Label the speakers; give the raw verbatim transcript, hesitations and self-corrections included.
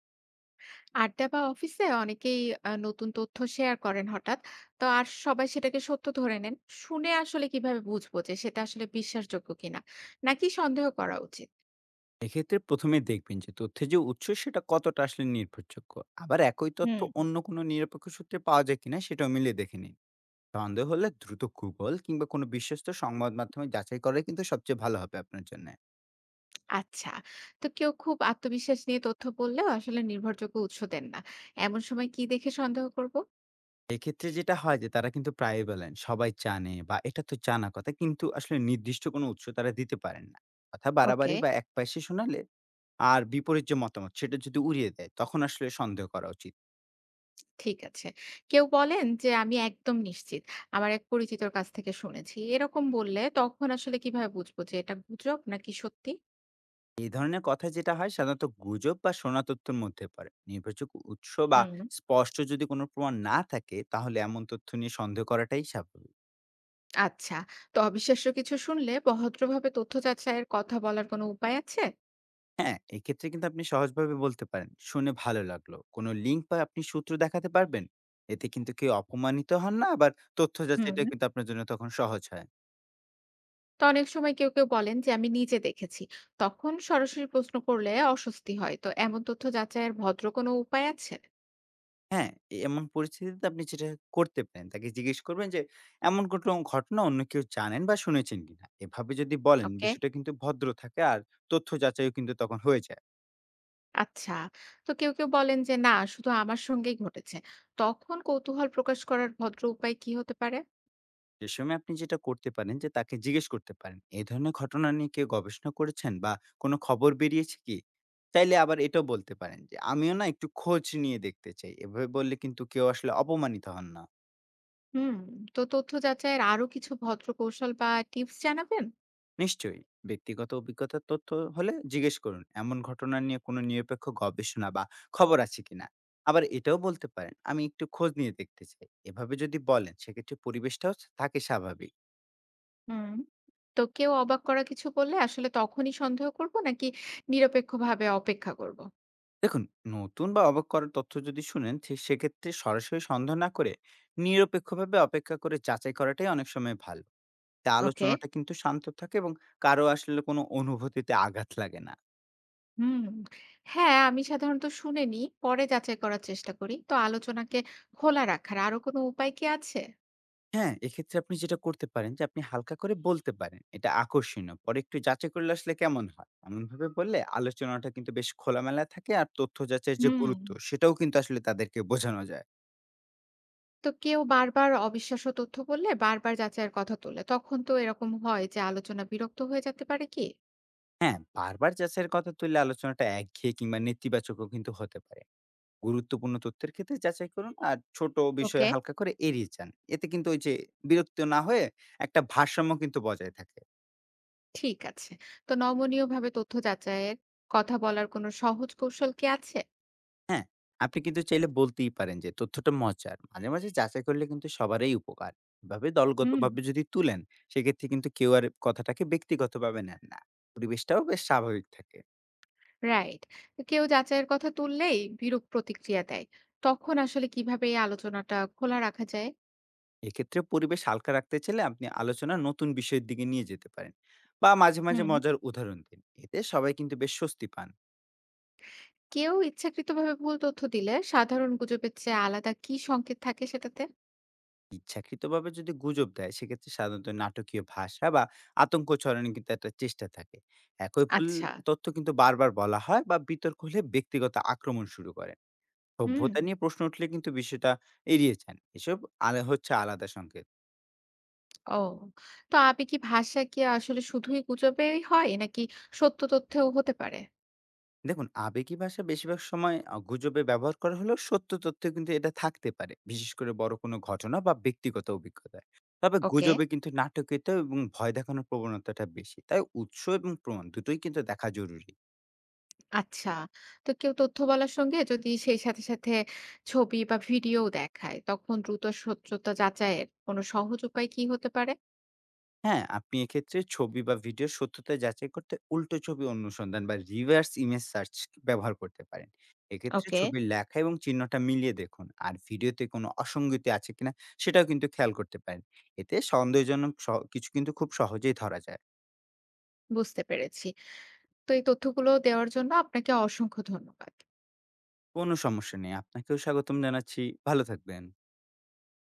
Speaker 1: আড্ডা বা অফিসে অনেকেই আ নতুন তথ্য শেয়ার করেন হঠাৎ। তো আর সবাই সেটাকে সত্য ধরে নেন। শুনে আসলে কিভাবে বুঝবো যে সেটা আসলে বিশ্বাসযোগ্য কিনা? নাকি সন্দেহ করা উচিত?
Speaker 2: এক্ষেত্রে প্রথম এ দেখবেন যে তথ্যের যে উৎস সেটা কতটা আসলে নির্ভরযোগ্য। আবার একই তথ্য
Speaker 1: হুম।
Speaker 2: অন্য কোনো নিরপেক্ষ সূত্রে পাওয়া যায় কিনা সেটাও মিলিয়ে দেখে নিন। সন্দেহ হলে দ্রুত Google কিংবা কোনো বিশ্বস্ত সংবাদ মাধ্যমে যাচাই করাই কিন্তু সবচেয়ে ভালো হবে আপনার জন্যে।
Speaker 1: আচ্ছা। তো কেউ খুব আত্মবিশ্বাস নিয়ে তথ্য বললেও আসলে নির্ভরযোগ্য উৎস দেন না। এমন সময় কি দেখে সন্দেহ করব?
Speaker 2: এক্ষেত্রে যেটা হয় যে তারা কিন্তু প্রায়ই বলেন, "সবাই জানে" বা "এটা তো জানা কথা", কিন্তু আসলে নির্দিষ্ট কোনো উৎস তারা দিতে পারেন না। কথা
Speaker 1: ওকে,
Speaker 2: বাড়াবাড়ি বা একপাশে শোনালে আর বিপরীত যে মতামত সেটা যদি উড়িয়ে দেয়, তখন আসলে সন্দেহ করা উচিত।
Speaker 1: ঠিক আছে। কেউ বলেন যে আমি একদম নিশ্চিত। আমার এক পরিচিতর কাছ থেকে শুনেছি। এরকম বললে তখন আসলে কিভাবে বুঝবো যে এটা গুজব নাকি সত্যি?
Speaker 2: এই ধরনের কথা যেটা হয় সাধারণত গুজব বা সোনা তথ্যের মধ্যে পড়ে। নির্ভরযোগ্য উৎস বা
Speaker 1: হুম।
Speaker 2: স্পষ্ট যদি কোনো প্রমাণ না থাকে, তাহলে এমন তথ্য নিয়ে সন্দেহ করাটাই স্বাভাবিক।
Speaker 1: আচ্ছা, তো অবিশ্বাস্য কিছু শুনলে ভদ্রভাবে তথ্য যাচাইয়ের কথা বলার কোনো উপায় আছে?
Speaker 2: হ্যাঁ, এক্ষেত্রে কিন্তু আপনি সহজভাবে বলতে পারেন, শুনে ভালো লাগলো, কোনো লিঙ্ক বা আপনি সূত্র দেখাতে পারবেন। এতে কিন্তু কেউ অপমানিত হন না, আবার তথ্য
Speaker 1: হুম
Speaker 2: যাচাইটা
Speaker 1: হুম।
Speaker 2: কিন্তু আপনার জন্য তখন সহজ হয়।
Speaker 1: তো অনেক সময় কেউ কেউ বলেন যে আমি নিজে দেখেছি, তখন সরাসরি প্রশ্ন করলে অস্বস্তি হয়, তো এমন তথ্য যাচাইয়ের ভদ্র কোনো উপায় আছে?
Speaker 2: হ্যাঁ, এ- এমন পরিস্থিতিতে আপনি যেটা করতে পারেন, তাকে জিজ্ঞেস করবেন যে, "এমন কোনো ঘটনা অন্য কেউ জানেন বা শুনেছেন কিনা?" এভাবে যদি বলেন,
Speaker 1: ওকে,
Speaker 2: বিষয়টা কিন্তু ভদ্র থাকে আর তথ্য যাচাইও কিন্তু তখন হয়ে যায়।
Speaker 1: আচ্ছা, তো কেউ কেউ বলেন যে না শুধু আমার সঙ্গেই ঘটেছে, তখন কৌতূহল প্রকাশ করার ভদ্র উপায় কি হতে পারে?
Speaker 2: সে সময় আপনি যেটা করতে পারেন, যে তাকে জিজ্ঞেস করতে পারেন, "এ ধরনের ঘটনা নিয়ে কেউ গবেষণা করেছেন বা কোনো খবর বেরিয়েছে কি?" চাইলে আবার এটাও বলতে পারেন যে, "আমিও না একটু খোঁজ নিয়ে দেখতে চাই।" এভাবে বললে কিন্তু কেউ আসলে অপমানিত হন না।
Speaker 1: হুম, তো তথ্য যাচাইয়ের আরো কিছু ভদ্র কৌশল বা টিপস জানাবেন?
Speaker 2: নিশ্চয়ই। ব্যক্তিগত অভিজ্ঞতার তথ্য হলে জিজ্ঞেস করুন, এমন ঘটনা নিয়ে কোনো নিরপেক্ষ গবেষণা বা খবর আছে কিনা। আবার এটাও বলতে পারেন, আমি একটু খোঁজ নিয়ে দেখতে চাই। এভাবে যদি বলেন, সেক্ষেত্রে পরিবেশটাও থাকে স্বাভাবিক।
Speaker 1: হুম। তো কেউ অবাক করা কিছু বললে আসলে তখনই সন্দেহ করব নাকি নিরপেক্ষভাবে অপেক্ষা করব?
Speaker 2: দেখুন, নতুন বা অবাক করার তথ্য যদি শুনেন, সে- সেক্ষেত্রে সরাসরি সন্দেহ না করে নিরপেক্ষভাবে অপেক্ষা করে যাচাই করাটাই অনেক সময় ভালো। তা
Speaker 1: ওকে।
Speaker 2: আলোচনাটা কিন্তু শান্ত থাকে এবং কারো আসলে কোনো অনুভূতিতে আঘাত লাগে না।
Speaker 1: হুম। হ্যাঁ, আমি সাধারণত শুনে নিই পরে যাচাই করার চেষ্টা করি, তো আলোচনাকে খোলা রাখার আরো কোনো উপায় কি আছে?
Speaker 2: হ্যাঁ, এক্ষেত্রে আপনি যেটা করতে পারেন যে আপনি হালকা করে বলতে পারেন, "এটা আকর্ষণীয়। পরে একটু যাচাই করলে আসলে কেমন হয়?" এমনভাবে বললে আলোচনাটা কিন্তু বেশ খোলামেলা থাকে আর তথ্য যাচাইয়ের যে
Speaker 1: হুম,
Speaker 2: গুরুত্ব সেটাও কিন্তু আসলে তাদেরকে বোঝানো যায়।
Speaker 1: তো কেউ বারবার অবিশ্বাস্য তথ্য বললে বারবার যাচাইয়ের কথা তোলে, তখন তো এরকম হয় যে আলোচনা বিরক্ত হয়ে যেতে পারে কি?
Speaker 2: হ্যাঁ, বারবার যাচাইয়ের কথা তুললে আলোচনাটা একঘেয়ে কিংবা নেতিবাচকও কিন্তু হতে পারে। গুরুত্বপূর্ণ তথ্যের ক্ষেত্রে যাচাই করুন আর ছোট বিষয়ে
Speaker 1: ওকে,
Speaker 2: হালকা করে এড়িয়ে যান। এতে কিন্তু ওই যে বিরক্ত না হয়ে একটা ভারসাম্য কিন্তু বজায় থাকে।
Speaker 1: ঠিক আছে, তো নমনীয়ভাবে তথ্য যাচাইয়ের কথা বলার কোনো সহজ কৌশল কি আছে?
Speaker 2: হ্যাঁ, আপনি কিন্তু চাইলে বলতেই পারেন যে তথ্যটা মজার। মাঝে মাঝে যাচাই করলে কিন্তু সবারই উপকার। এভাবে
Speaker 1: হুম।
Speaker 2: দলগতভাবে যদি তুলেন সেক্ষেত্রে কিন্তু কেউ আর কথাটাকে ব্যক্তিগতভাবে নেন না। পরিবেশটাও বেশ স্বাভাবিক থাকে।
Speaker 1: রাইট। কেউ যাচাইয়ের কথা তুললেই বিরূপ প্রতিক্রিয়া দেয়, তখন আসলে কিভাবে এই আলোচনাটা খোলা রাখা যায়?
Speaker 2: এক্ষেত্রে পরিবেশ হালকা রাখতে চাইলে আপনি আলোচনা নতুন বিষয়ের দিকে নিয়ে যেতে পারেন বা মাঝে মাঝে
Speaker 1: হুম,
Speaker 2: মজার উদাহরণ দিন। এতে সবাই কিন্তু বেশ স্বস্তি পান।
Speaker 1: কেউ ইচ্ছাকৃতভাবে ভুল তথ্য দিলে সাধারণ গুজবের চেয়ে আলাদা কি সংকেত থাকে সেটাতে?
Speaker 2: ইচ্ছাকৃতভাবে যদি গুজব দেয়, সেক্ষেত্রে সাধারণত নাটকীয় ভাষা বা আতঙ্ক ছড়ানোর কিন্তু একটা চেষ্টা থাকে। একই ভুল
Speaker 1: আচ্ছা।
Speaker 2: তথ্য কিন্তু বারবার বলা হয় বা বিতর্ক হলে ব্যক্তিগত আক্রমণ শুরু করেন।
Speaker 1: হুম।
Speaker 2: সভ্যতা নিয়ে প্রশ্ন উঠলে কিন্তু বিষয়টা এড়িয়ে যান। এসব আলা হচ্ছে আলাদা সংকেত।
Speaker 1: ও, তো আবেগী ভাষা কি আসলে শুধুই গুজবেই হয় নাকি সত্য তথ্যেও হতে পারে?
Speaker 2: দেখুন, আবেগী ভাষা বেশিরভাগ সময় আ গুজবে ব্যবহার করা হলেও সত্য তথ্য কিন্তু এটা থাকতে পারে, বিশেষ করে বড় কোনো ঘটনা বা ব্যক্তিগত অভিজ্ঞতায়। তবে
Speaker 1: ওকে,
Speaker 2: গুজবে কিন্তু নাটকীয়তা এবং ভয় দেখানোর প্রবণতাটা বেশি। তাই উৎস এবং প্রমাণ দুটোই কিন্তু দেখা জরুরি।
Speaker 1: আচ্ছা, তো কেউ তথ্য বলার সঙ্গে যদি সেই সাথে সাথে ছবি বা ভিডিও দেখায় তখন দ্রুত সত্যতা যাচাইয়ের কোনো সহজ উপায় কি হতে পারে?
Speaker 2: হ্যাঁ, আপনি এক্ষেত্রে ছবি বা ভিডিওর সত্যতা যাচাই করতে উল্টো ছবি অনুসন্ধান বা reverse image search ব্যবহার করতে পারেন। এক্ষেত্রে
Speaker 1: ওকে,
Speaker 2: ছবির লেখা এবং চিহ্নটা মিলিয়ে দেখুন। আর ভিডিওতে কোনো অসঙ্গতি আছে কিনা সেটাও কিন্তু খেয়াল করতে পারেন। এতে সন্দেহজনক স কিছু কিন্তু খুব সহজেই ধরা যায়।
Speaker 1: বুঝতে পেরেছি। তো এই তথ্যগুলো দেওয়ার জন্য আপনাকে অসংখ্য ধন্যবাদ।
Speaker 2: কোনো সমস্যা নেই। আপনাকেও স্বাগতম জানাচ্ছি। ভালো থাকবেন।